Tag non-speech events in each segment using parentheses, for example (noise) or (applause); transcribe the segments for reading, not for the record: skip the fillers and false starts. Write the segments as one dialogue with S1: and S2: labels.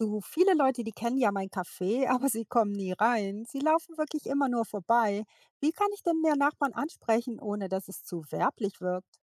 S1: Du, viele Leute, die kennen ja mein Café, (laughs) aber sie kommen nie rein. Sie laufen wirklich immer nur vorbei. Wie kann ich denn mehr Nachbarn ansprechen, ohne dass es zu werblich wirkt?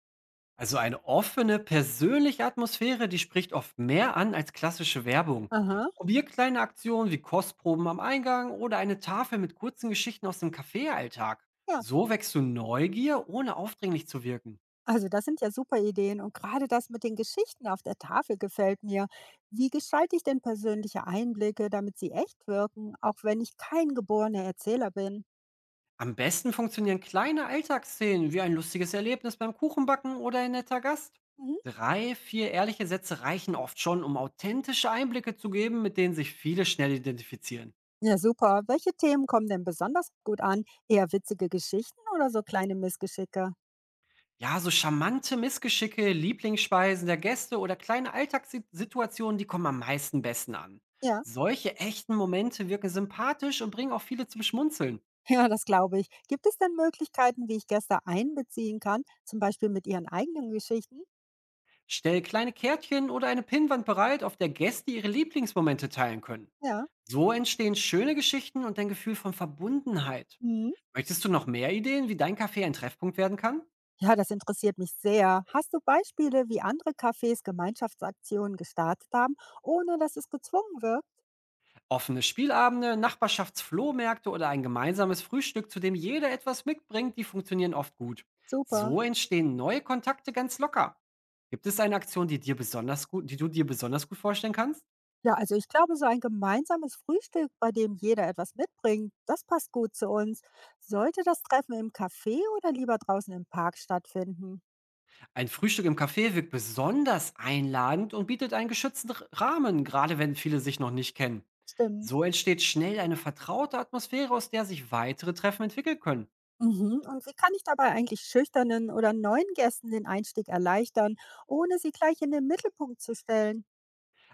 S2: Also eine offene, persönliche Atmosphäre, die spricht oft mehr an als klassische Werbung.
S1: Aha.
S2: Probier kleine Aktionen wie Kostproben am Eingang oder eine Tafel mit kurzen Geschichten aus dem Kaffeealltag.
S1: Ja,
S2: So wächst du Neugier, ohne aufdringlich zu wirken.
S1: also das sind ja super Ideen und gerade das mit den Geschichten auf der Tafel gefällt mir. Wie gestalte ich denn persönliche Einblicke, damit sie echt wirken, auch wenn ich kein geborener Erzähler bin?
S2: Am besten funktionieren kleine Alltagsszenen wie ein lustiges Erlebnis beim Kuchenbacken oder ein netter Gast.
S1: Mhm.
S2: Drei, vier ehrliche Sätze reichen oft schon, um authentische Einblicke zu geben, mit denen sich viele schnell identifizieren.
S1: Ja, super. Welche Themen kommen denn besonders gut an? Eher witzige Geschichten oder so kleine Missgeschicke?
S2: Ja, so charmante Missgeschicke, Lieblingsspeisen der Gäste oder kleine Alltagssituationen, die kommen am meisten besten an.
S1: Ja.
S2: Solche echten Momente wirken sympathisch und bringen auch viele zum Schmunzeln.
S1: Ja, das glaube ich. Gibt es denn Möglichkeiten, wie ich Gäste einbeziehen kann, zum Beispiel mit ihren eigenen Geschichten?
S2: Stell kleine Kärtchen oder eine Pinnwand bereit, auf der Gäste ihre Lieblingsmomente teilen können.
S1: Ja.
S2: So entstehen schöne Geschichten und ein Gefühl von Verbundenheit.
S1: Mhm.
S2: Möchtest du noch mehr Ideen, wie dein Café ein Treffpunkt werden kann?
S1: Ja, das interessiert mich sehr. Hast du Beispiele, wie andere Cafés Gemeinschaftsaktionen gestartet haben, ohne dass es gezwungen wird?
S2: Offene Spielabende, Nachbarschaftsflohmärkte oder ein gemeinsames Frühstück, zu dem jeder etwas mitbringt, die funktionieren oft gut.
S1: Super.
S2: So entstehen neue Kontakte ganz locker. Gibt es eine Aktion, die dir besonders gut die du dir besonders gut vorstellen kannst?
S1: Ja, also ich glaube, so ein gemeinsames Frühstück, bei dem jeder etwas mitbringt, das passt gut zu uns. Sollte das Treffen im Café oder lieber draußen im Park stattfinden?
S2: Ein Frühstück im Café wirkt besonders einladend und bietet einen geschützten Rahmen, gerade wenn viele sich noch nicht kennen.
S1: Stimmt.
S2: So entsteht schnell eine vertraute Atmosphäre, aus der sich weitere Treffen entwickeln können.
S1: Mhm. Und wie kann ich dabei eigentlich schüchternen oder neuen Gästen den Einstieg erleichtern, ohne sie gleich in den Mittelpunkt zu stellen?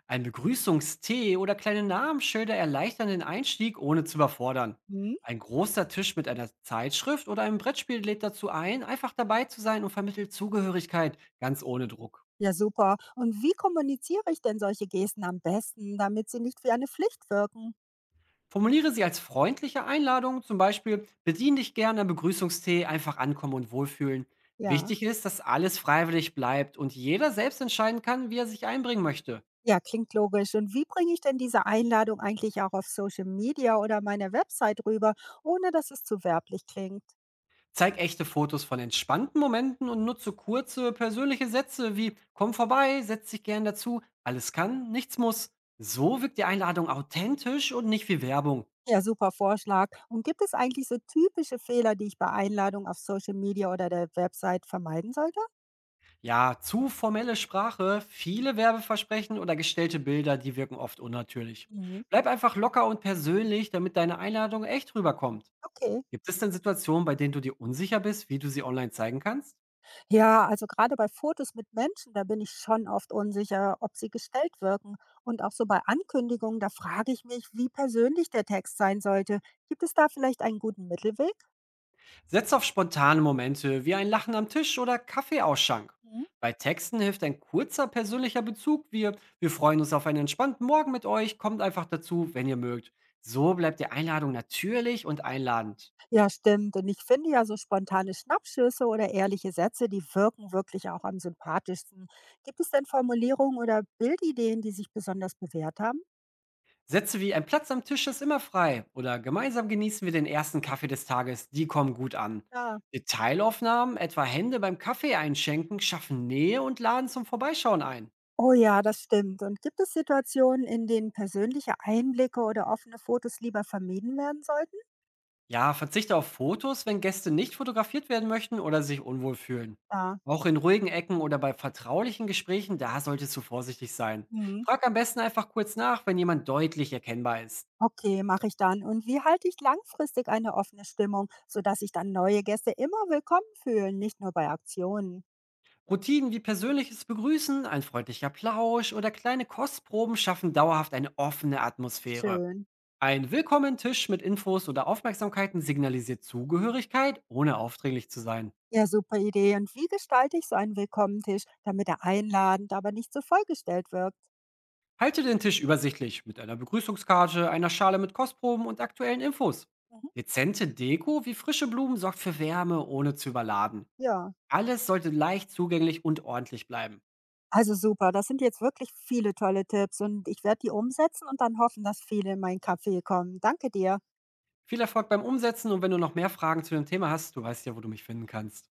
S2: Ein Begrüßungstee oder kleine Namensschilder erleichtern den Einstieg, ohne zu überfordern.
S1: Hm?
S2: Ein großer Tisch mit einer Zeitschrift oder einem Brettspiel lädt dazu ein, einfach dabei zu sein und vermittelt Zugehörigkeit, ganz ohne Druck.
S1: Ja, super. Und wie kommuniziere ich denn solche Gesten am besten, damit sie nicht wie eine Pflicht wirken?
S2: Formuliere sie als freundliche Einladung, zum Beispiel bedien dich gerne am Begrüßungstee, einfach ankommen und wohlfühlen.
S1: Ja.
S2: Wichtig ist, dass alles freiwillig bleibt und jeder selbst entscheiden kann, wie er sich einbringen möchte.
S1: Ja, klingt logisch. Und wie bringe ich denn diese Einladung eigentlich auch auf Social Media oder meiner Website rüber, ohne dass es zu werblich klingt?
S2: Zeig echte Fotos von entspannten Momenten und nutze kurze persönliche Sätze wie komm vorbei, setz dich gern dazu, alles kann, nichts muss. So wirkt die Einladung authentisch und nicht wie Werbung.
S1: Ja, super Vorschlag. Und gibt es eigentlich so typische Fehler, die ich bei Einladung auf Social Media oder der Website vermeiden sollte?
S2: Ja, zu formelle Sprache, viele Werbeversprechen oder gestellte Bilder, die wirken oft unnatürlich.
S1: Mhm.
S2: Bleib einfach locker und persönlich, damit deine Einladung echt rüberkommt.
S1: Okay.
S2: Gibt es denn Situationen, bei denen du dir unsicher bist, wie du sie online zeigen kannst?
S1: Ja, also gerade bei Fotos mit Menschen, da bin ich schon oft unsicher, ob sie gestellt wirken. Und auch so bei Ankündigungen, da frage ich mich, wie persönlich der Text sein sollte. Gibt es da vielleicht einen guten Mittelweg?
S2: Setz auf spontane Momente wie ein Lachen am Tisch oder Kaffeeausschank.
S1: Mhm.
S2: Bei Texten hilft ein kurzer persönlicher Bezug. Wir freuen uns auf einen entspannten Morgen mit euch. Kommt einfach dazu, wenn ihr mögt. So bleibt die Einladung natürlich und einladend.
S1: Ja, stimmt. Und ich finde ja so spontane Schnappschüsse oder ehrliche Sätze, die wirken wirklich auch am sympathischsten. Gibt es denn Formulierungen oder Bildideen, die sich besonders bewährt haben?
S2: Sätze wie ein Platz am Tisch ist immer frei oder gemeinsam genießen wir den ersten Kaffee des Tages, die kommen gut an.
S1: Ja,
S2: Detailaufnahmen, etwa Hände beim Kaffee einschenken, schaffen Nähe und laden zum Vorbeischauen ein.
S1: oh ja, das stimmt. Und gibt es Situationen, in denen persönliche Einblicke oder offene Fotos lieber vermieden werden sollten?
S2: Ja, verzichte auf Fotos, wenn Gäste nicht fotografiert werden möchten oder sich unwohl fühlen.
S1: Ja.
S2: Auch in ruhigen Ecken oder bei vertraulichen Gesprächen, da solltest du vorsichtig sein.
S1: Mhm.
S2: Frag am besten einfach kurz nach, wenn jemand deutlich erkennbar ist.
S1: Okay, mache ich dann. Und wie halte ich langfristig eine offene Stimmung, sodass sich dann neue Gäste immer willkommen fühlen, nicht nur bei Aktionen?
S2: Routinen wie persönliches Begrüßen, ein freundlicher Plausch oder kleine Kostproben schaffen dauerhaft eine offene Atmosphäre.
S1: Schön.
S2: Ein Willkommen-Tisch mit Infos oder Aufmerksamkeiten signalisiert Zugehörigkeit, ohne aufdringlich zu sein.
S1: Ja, super Idee. Und wie gestalte ich so einen Willkommentisch, damit er einladend, aber nicht so vollgestellt wirkt?
S2: Halte den Tisch übersichtlich mit einer Begrüßungskarte, einer Schale mit Kostproben und aktuellen Infos.
S1: Mhm.
S2: Dezente Deko wie frische Blumen sorgt für Wärme, ohne zu überladen.
S1: Ja,
S2: Alles sollte leicht zugänglich und ordentlich bleiben.
S1: also super. Das sind jetzt wirklich viele tolle Tipps und ich werde die umsetzen und dann hoffen, dass viele in meinen Café kommen. Danke dir.
S2: Viel Erfolg beim Umsetzen und wenn du noch mehr Fragen zu dem Thema hast, du weißt ja, wo du mich finden kannst.